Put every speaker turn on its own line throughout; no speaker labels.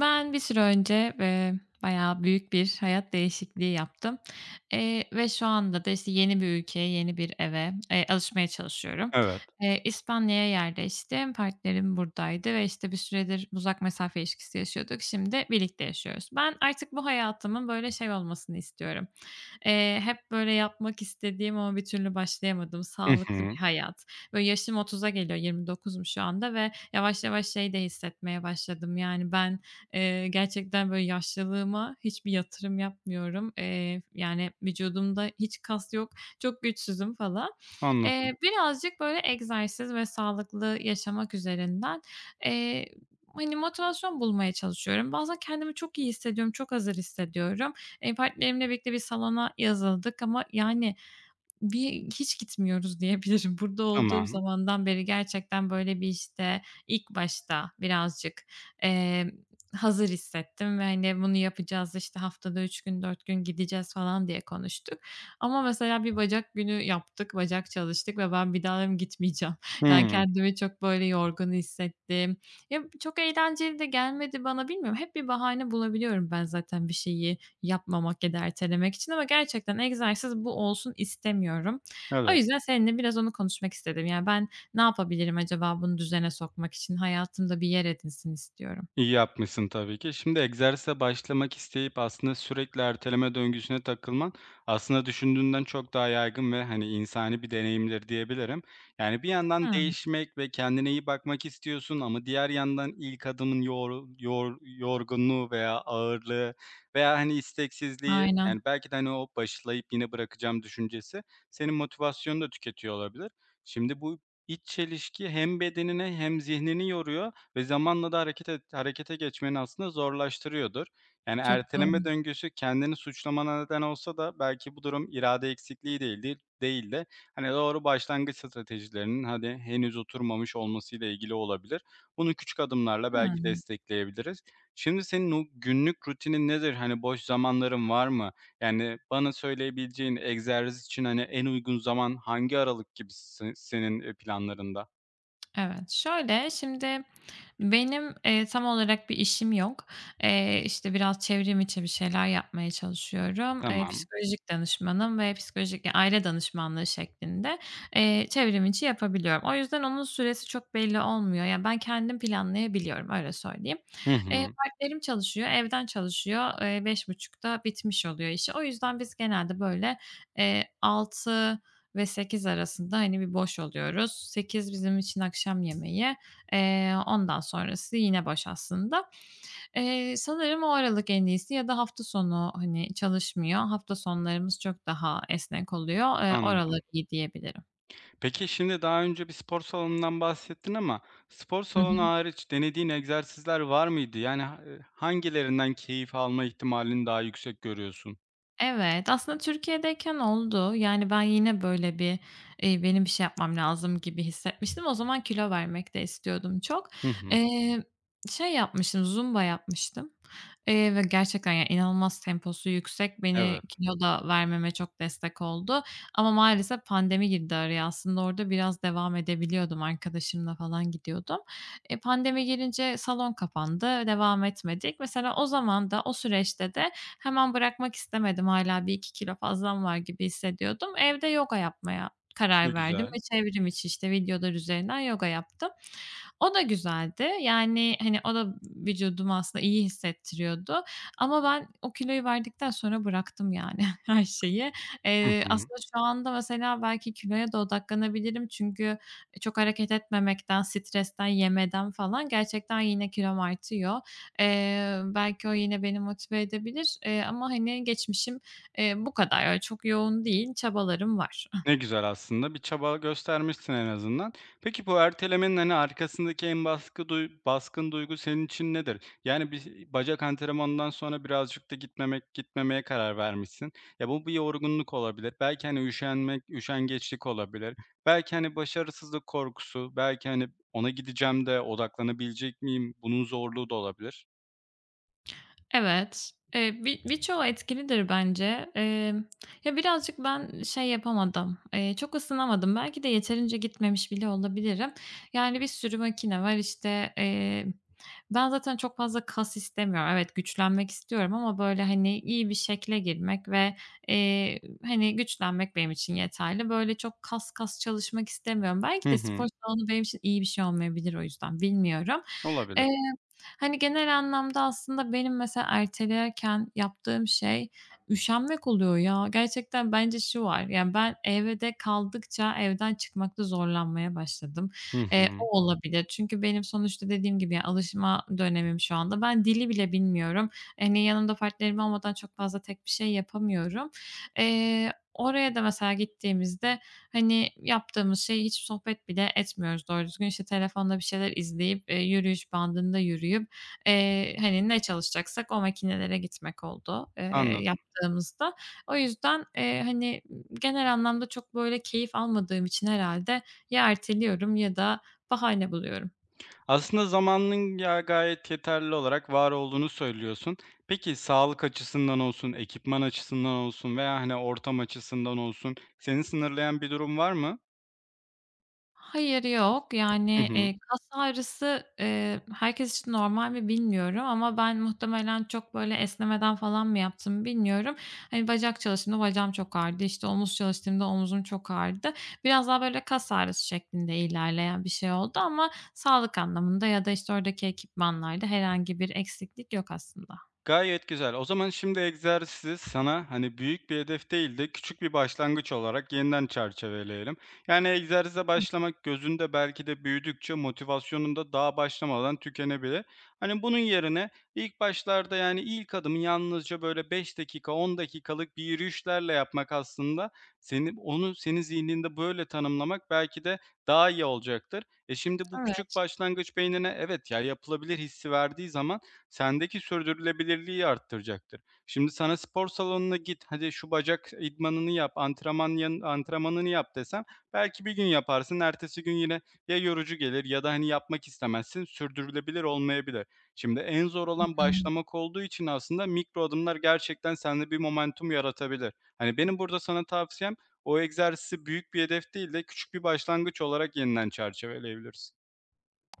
Ben bir süre önce, bayağı büyük bir hayat değişikliği yaptım, ve şu anda da, işte, yeni bir ülkeye, yeni bir eve, alışmaya çalışıyorum.
Evet.
İspanya'ya yerleştim. Partnerim buradaydı ve, işte, bir süredir uzak mesafe ilişkisi yaşıyorduk. Şimdi birlikte yaşıyoruz. Ben artık bu hayatımın, böyle, şey olmasını istiyorum. Hep, böyle, yapmak istediğim ama bir türlü başlayamadığım
Hı
sağlıklı
hı.
bir hayat. Böyle, yaşım 30'a geliyor, 29'um şu anda ve yavaş yavaş şey de hissetmeye başladım, yani, ben, gerçekten böyle yaşlılığıma hiçbir yatırım yapmıyorum. Yani vücudumda hiç kas yok, çok güçsüzüm falan.
Anladım.
Birazcık böyle egzersiz ve sağlıklı yaşamak üzerinden, eee, hani, motivasyon bulmaya çalışıyorum. Bazen kendimi çok iyi hissediyorum, çok hazır hissediyorum. Partnerimle birlikte bir salona yazıldık ama yani, bir hiç gitmiyoruz diyebilirim. Burada olduğum
Tamam.
zamandan beri gerçekten böyle bir, işte, ilk başta birazcık, emm, hazır hissettim ve, hani, bunu yapacağız, işte, haftada 3 gün, 4 gün gideceğiz falan diye konuştuk. Ama mesela bir bacak günü yaptık, bacak çalıştık ve ben bir daha dedim gitmeyeceğim. Yani,
Hımm.
kendimi çok böyle yorgun hissettim. Ya, çok eğlenceli de gelmedi bana, bilmiyorum. Hep bir bahane bulabiliyorum ben zaten bir şeyi yapmamak ya da ertelemek için ama gerçekten egzersiz bu olsun istemiyorum. O
Evet.
yüzden seninle biraz onu konuşmak istedim. Yani, ben ne yapabilirim acaba bunu düzene sokmak için? Hayatımda bir yer edinsin istiyorum.
İyi yapmışsın tabii ki. Şimdi egzersize başlamak isteyip aslında sürekli erteleme döngüsüne takılman aslında düşündüğünden çok daha yaygın ve hani insani bir deneyimdir diyebilirim. Yani bir yandan
Hımm.
değişmek ve kendine iyi bakmak istiyorsun ama diğer yandan ilk adımın yorgunluğu veya ağırlığı veya hani isteksizliği,
Aynen.
yani belki de hani o başlayıp yine bırakacağım düşüncesi senin motivasyonunu da tüketiyor olabilir. Şimdi bu iç çelişki hem bedenine hem zihnini yoruyor ve zamanla da harekete geçmeni aslında zorlaştırıyordur. Yani
Çok doğru.
erteleme döngüsü kendini suçlamana neden olsa da belki bu durum irade eksikliği değil de hani doğru başlangıç stratejilerinin hani henüz oturmamış olmasıyla ilgili olabilir. Bunu küçük adımlarla belki
Hımm.
destekleyebiliriz. Şimdi senin o günlük rutinin nedir? Hani boş zamanların var mı? Yani bana söyleyebileceğin egzersiz için hani en uygun zaman hangi aralık gibi senin planlarında?
Evet. Şöyle, şimdi benim, tam olarak bir işim yok. İşte, biraz çevrim içi bir şeyler yapmaya çalışıyorum.
Tamam.
Psikolojik danışmanım ve psikolojik ya, aile danışmanlığı şeklinde, çevrim içi yapabiliyorum. O yüzden onun süresi çok belli olmuyor. Yani ben kendim planlayabiliyorum, öyle söyleyeyim.
Hı hı.
Partnerim çalışıyor, evden çalışıyor. E, beş buçukta bitmiş oluyor işi. O yüzden biz genelde, böyle, 6 ve 8 arasında, hani, bir boş oluyoruz. 8 bizim için akşam yemeği. Ondan sonrası yine boş aslında. Sanırım o aralık en iyisi ya da hafta sonu, hani, çalışmıyor. Hafta sonlarımız çok daha esnek oluyor.
Anladım.
Oralar iyi diyebilirim.
Peki, şimdi daha önce bir spor salonundan bahsettin ama spor
Hı
salonu
hı.
hariç denediğin egzersizler var mıydı? Yani, hangilerinden keyif alma ihtimalini daha yüksek görüyorsun?
Evet, aslında Türkiye'deyken oldu. Yani, ben yine böyle bir, benim bir şey yapmam lazım gibi hissetmiştim. O zaman kilo vermek de istiyordum çok.
Hı hı.
Eee, şey yapmıştım, zumba yapmıştım, ve gerçekten, yani, inanılmaz temposu yüksek. Beni
Evet,
kilo da vermeme çok destek oldu ama maalesef pandemi girdi araya. Aslında orada biraz devam edebiliyordum, arkadaşımla falan gidiyordum. Pandemi gelince salon kapandı, devam etmedik. Mesela o zaman da, o süreçte de hemen bırakmak istemedim. Hâlâ bir iki kilo fazlam var gibi hissediyordum. Evde yoga yapmaya
ne
karar verdim
güzel.
ve çevrim içi, işte, videolar üzerinden yoga yaptım. O da güzeldi. Yani, hani, o da vücudumu aslında iyi hissettiriyordu ama ben o kiloyu verdikten sonra bıraktım yani her şeyi.
Hı hı.
Aslında şu anda mesela belki kiloya da odaklanabilirim çünkü çok hareket etmemekten, stresten, yemeden falan gerçekten yine kilom artıyor. Belki o yine beni motive edebilir, ama, hani, geçmişim, bu kadar. Öyle çok yoğun değil, çabalarım var.
Ne güzel aslında. Bir çaba göstermişsin en azından. Peki bu ertelemenin, hani, arkasındaki en baskın duygu senin için nedir? Yani, bir bacak antrenmanından sonra birazcık da gitmemeye karar vermişsin. Ya, bu bir yorgunluk olabilir. Belki, hani, üşenmek, üşengeçlik olabilir. Belki, hani, başarısızlık korkusu, belki, hani, ona gideceğim de odaklanabilecek miyim? Bunun zorluğu da olabilir.
Evet, birçoğu etkilidir bence. Ya, birazcık ben şey yapamadım, çok ısınamadım. Belki de yeterince gitmemiş bile olabilirim. Yani, bir sürü makine var, işte, ben zaten çok fazla kas istemiyorum. Evet, güçlenmek istiyorum ama, böyle, hani, iyi bir şekle girmek ve, hani, güçlenmek benim için yeterli. Böyle, çok kas çalışmak istemiyorum.
Hı
Belki de
hı.
spor salonu benim için iyi bir şey olmayabilir o yüzden, bilmiyorum.
Olabilir.
Eee Hani, genel anlamda aslında benim mesela ertelerken yaptığım şey üşenmek oluyor ya. Gerçekten bence şu var, yani, ben evde kaldıkça evden çıkmakta zorlanmaya başladım.
Hı hı.
O olabilir. Çünkü benim sonuçta dediğim gibi, yani, alışma dönemim şu anda. Ben dili bile bilmiyorum. Hani, yanımda partnerim olmadan çok fazla tek bir şey yapamıyorum. Eee oraya da mesela gittiğimizde, hani, yaptığımız şey hiç sohbet bile etmiyoruz doğru düzgün. İşte, telefonda bir şeyler izleyip, yürüyüş bandında yürüyüp, hani, ne çalışacaksak o makinelere gitmek oldu,
Anladım.
yaptığımızda. O yüzden, hani, genel anlamda çok böyle keyif almadığım için herhâlde ya erteliyorum ya da bahane buluyorum.
Aslında zamanının ya gayet yeterli olarak var olduğunu söylüyorsun. Peki sağlık açısından olsun, ekipman açısından olsun veya, hani, ortam açısından olsun seni sınırlayan bir durum var mı?
Hayır, yok.
Hı
Yani,
hı.
kas ağrısı, herkes için normal mi bilmiyorum ama ben muhtemelen çok böyle esnemeden falan mı yaptım bilmiyorum. Hani, bacak çalıştığımda bacağım çok ağrıdı, İşte omuz çalıştığımda omuzum çok ağrıdı. Biraz daha böyle kas ağrısı şeklinde ilerleyen bir şey oldu ama sağlık anlamında ya da, işte, oradaki ekipmanlarda herhangi bir eksiklik yok aslında.
Gayet güzel. O zaman şimdi egzersizi sana, hani, büyük bir hedef değil de küçük bir başlangıç olarak yeniden çerçeveleyelim. Yani egzersize
Hı,
başlamak gözünde belki de büyüdükçe motivasyonun da daha başlamadan tükenebilir. Hani, bunun yerine ilk başlarda, yani, ilk adımı yalnızca böyle 5 dakika, 10 dakikalık bir yürüyüşlerle yapmak, aslında seni onu senin zihninde böyle tanımlamak belki de daha iyi olacaktır. Şimdi bu küçük
evet.
başlangıç beynine evet, ya, yapılabilir hissi verdiği zaman sendeki sürdürülebilirliği arttıracaktır. Şimdi sana spor salonuna git, hadi şu bacak idmanını yap, antrenmanını yap desem belki bir gün yaparsın, ertesi gün yine ya yorucu gelir ya da hani yapmak istemezsin, sürdürülebilir olmayabilir. Şimdi en zor
Hı.
olan başlamak olduğu için aslında mikro adımlar gerçekten sende bir momentum yaratabilir. Hani benim burada sana tavsiyem, o egzersizi büyük bir hedef değil de küçük bir başlangıç olarak yeniden çerçeveleyebilirsin.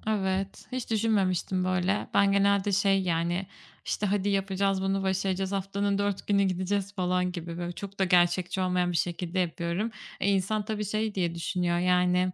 Evet, hiç düşünmemiştim böyle. Ben genelde şey yani, işte, "Hadi yapacağız, bunu başaracağız, haftanın 4 günü gideceğiz." falan gibi böyle çok da gerçekçi olmayan bir şekilde yapıyorum. E, insan tabii şey diye düşünüyor, yani,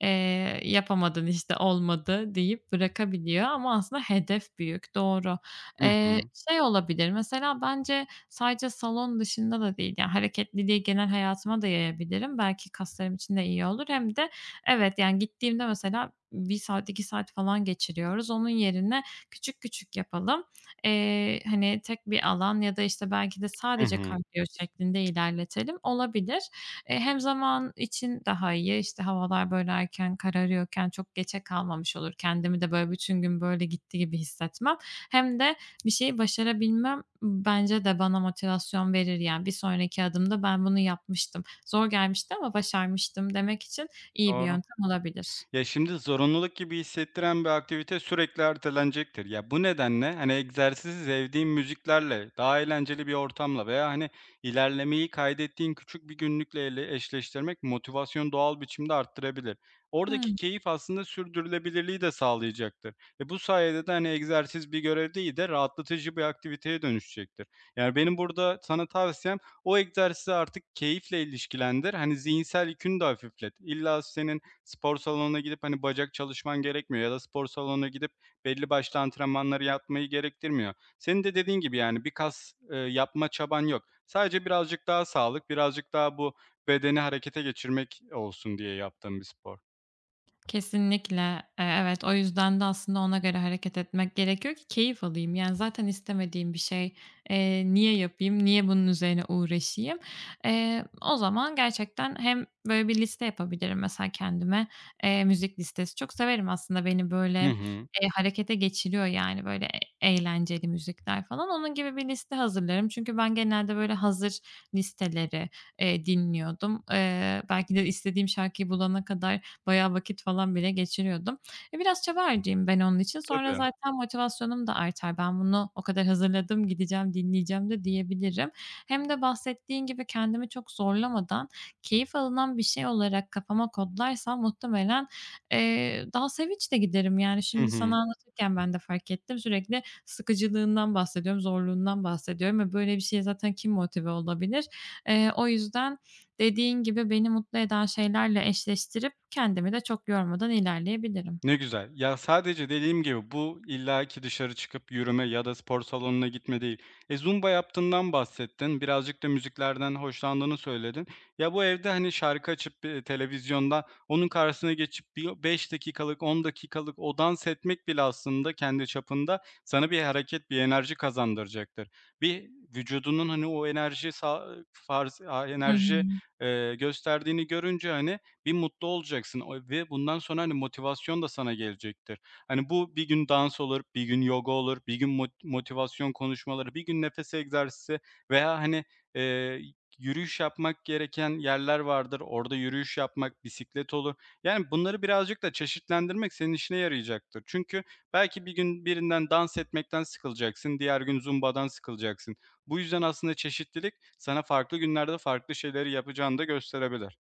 Yapamadın, işte, olmadı deyip bırakabiliyor ama aslında hedef büyük, doğru.
Hı
Eee,
hı.
şey olabilir, mesela bence sadece salon dışında da değil, yani, hareketliliği genel hayatıma da yayabilirim. Belki kaslarım için de iyi olur hem de evet, yani, gittiğimde mesela bir saat, 2 saat falan geçiriyoruz. Onun yerine küçük küçük yapalım. Hani, tek bir alan ya da, işte, belki de
Hı
sadece
hı.
kardiyo şeklinde ilerletelim, olabilir. Hem zaman için daha iyi, işte, havalar böyle erken kararıyorken çok geçe kalmamış olur. Kendimi de böyle bütün gün böyle gitti gibi hissetmem. Hem de bir şeyi başarabilmem bence de bana motivasyon verir. Yani bir sonraki adımda ben bunu yapmıştım. Zor gelmişti ama başarmıştım demek için iyi bir
Doğru.
yöntem olabilir.
Ya, şimdi zorunluluk gibi hissettiren bir aktivite sürekli ertelenecektir. Ya, bu nedenle, hani, egzersizi sevdiğin müziklerle, daha eğlenceli bir ortamla veya, hani, ilerlemeyi kaydettiğin küçük bir günlükle eşleştirmek motivasyonu doğal biçimde arttırabilir. Oradaki
Hıı.
keyif aslında sürdürülebilirliği de sağlayacaktır. Ve bu sayede de, hani, egzersiz bir görev değil de rahatlatıcı bir aktiviteye dönüşecektir. Yani, benim burada sana tavsiyem, o egzersizi artık keyifle ilişkilendir. Hani, zihinsel yükünü de hafiflet. İlla senin spor salonuna gidip, hani, bacak çalışman gerekmiyor ya da spor salonuna gidip belli başlı antrenmanları yapmayı gerektirmiyor. Senin de dediğin gibi, yani, bir kas, yapma çaban yok. Sadece birazcık daha sağlık, birazcık daha bu bedeni harekete geçirmek olsun diye yaptığın bir spor.
Kesinlikle. Evet, o yüzden de aslında ona göre hareket etmek gerekiyor ki keyif alayım. Yani, zaten istemediğim bir şey, niye yapayım, niye bunun üzerine uğraşayım? O zaman gerçekten hem böyle bir liste yapabilirim mesela kendime. Müzik listesi çok severim aslında beni,
Hı
böyle,
hı.
harekete geçiriyor, yani, böyle, eğlenceli müzikler falan. Onun gibi bir liste hazırlarım. Çünkü ben genelde, böyle, hazır listeleri, dinliyordum. Belki de istediğim şarkıyı bulana kadar bayağı vakit falan bile geçiriyordum. E, biraz çaba harcayayım ben onun için. Sonra
Tabii.
zaten motivasyonum da artar. Ben bunu o kadar hazırladım, gideceğim, dinleyeceğim de diyebilirim. Hem de bahsettiğin gibi kendimi çok zorlamadan keyif alınan bir şey olarak kafama kodlarsam muhtemelen, daha sevinçle giderim. Yani
Hı
şimdi sana
hı.
anlatırken ben de fark ettim. Sürekli sıkıcılığından bahsediyorum, zorluğundan bahsediyorum ve böyle bir şeye zaten kim motive olabilir? O yüzden dediğin gibi beni mutlu eden şeylerle eşleştirip kendimi de çok yormadan ilerleyebilirim.
Ne güzel. Ya, sadece dediğim gibi bu illaki dışarı çıkıp yürüme ya da spor salonuna gitme değil. Zumba yaptığından bahsettin, birazcık da müziklerden hoşlandığını söyledin. Ya, bu evde, hani, şarkı açıp, televizyonda onun karşısına geçip bir 5 dakikalık, 10 dakikalık o dans etmek bile aslında kendi çapında sana bir hareket, bir enerji kazandıracaktır. Bir vücudunun, hani, o enerji sa farz
Hı hı.
enerji, gösterdiğini görünce, hani, bir mutlu olacaksın o ve bundan sonra, hani, motivasyon da sana gelecektir. Hani, bu bir gün dans olur, bir gün yoga olur, bir gün motivasyon konuşmaları, bir gün nefes egzersizi veya, hani, eee, yürüyüş yapmak gereken yerler vardır. Orada yürüyüş yapmak, bisiklet olur. Yani, bunları birazcık da çeşitlendirmek senin işine yarayacaktır. Çünkü belki bir gün birinden dans etmekten sıkılacaksın, diğer gün zumbadan sıkılacaksın. Bu yüzden aslında çeşitlilik sana farklı günlerde farklı şeyleri yapacağını da gösterebilir.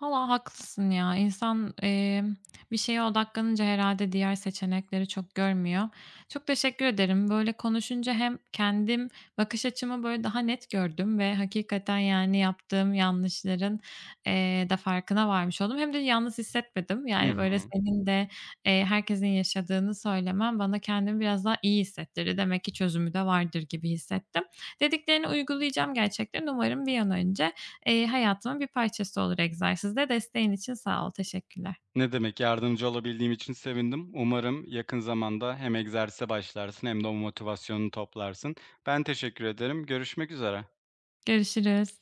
Valla haklısın ya. İnsan, bir şeye odaklanınca herhalde diğer seçenekleri çok görmüyor. Çok teşekkür ederim. Böyle konuşunca hem kendim bakış açımı böyle daha net gördüm ve hakikaten, yani, yaptığım yanlışların, da farkına varmış oldum. Hem de yalnız hissetmedim.
Hı
Yani, böyle
hı.
senin de, herkesin yaşadığını söylemen bana kendimi biraz daha iyi hissettirdi. Demek ki çözümü de vardır gibi hissettim. Dediklerini uygulayacağım gerçekten. Umarım bir an önce hayatımın bir parçası olur egzersiz de. Desteğin için sağ ol, teşekkürler.
Ne demek, yardımcı olabildiğim için sevindim. Umarım yakın zamanda hem egzersize başlarsın hem de o motivasyonunu toplarsın. Ben teşekkür ederim. Görüşmek üzere.
Görüşürüz.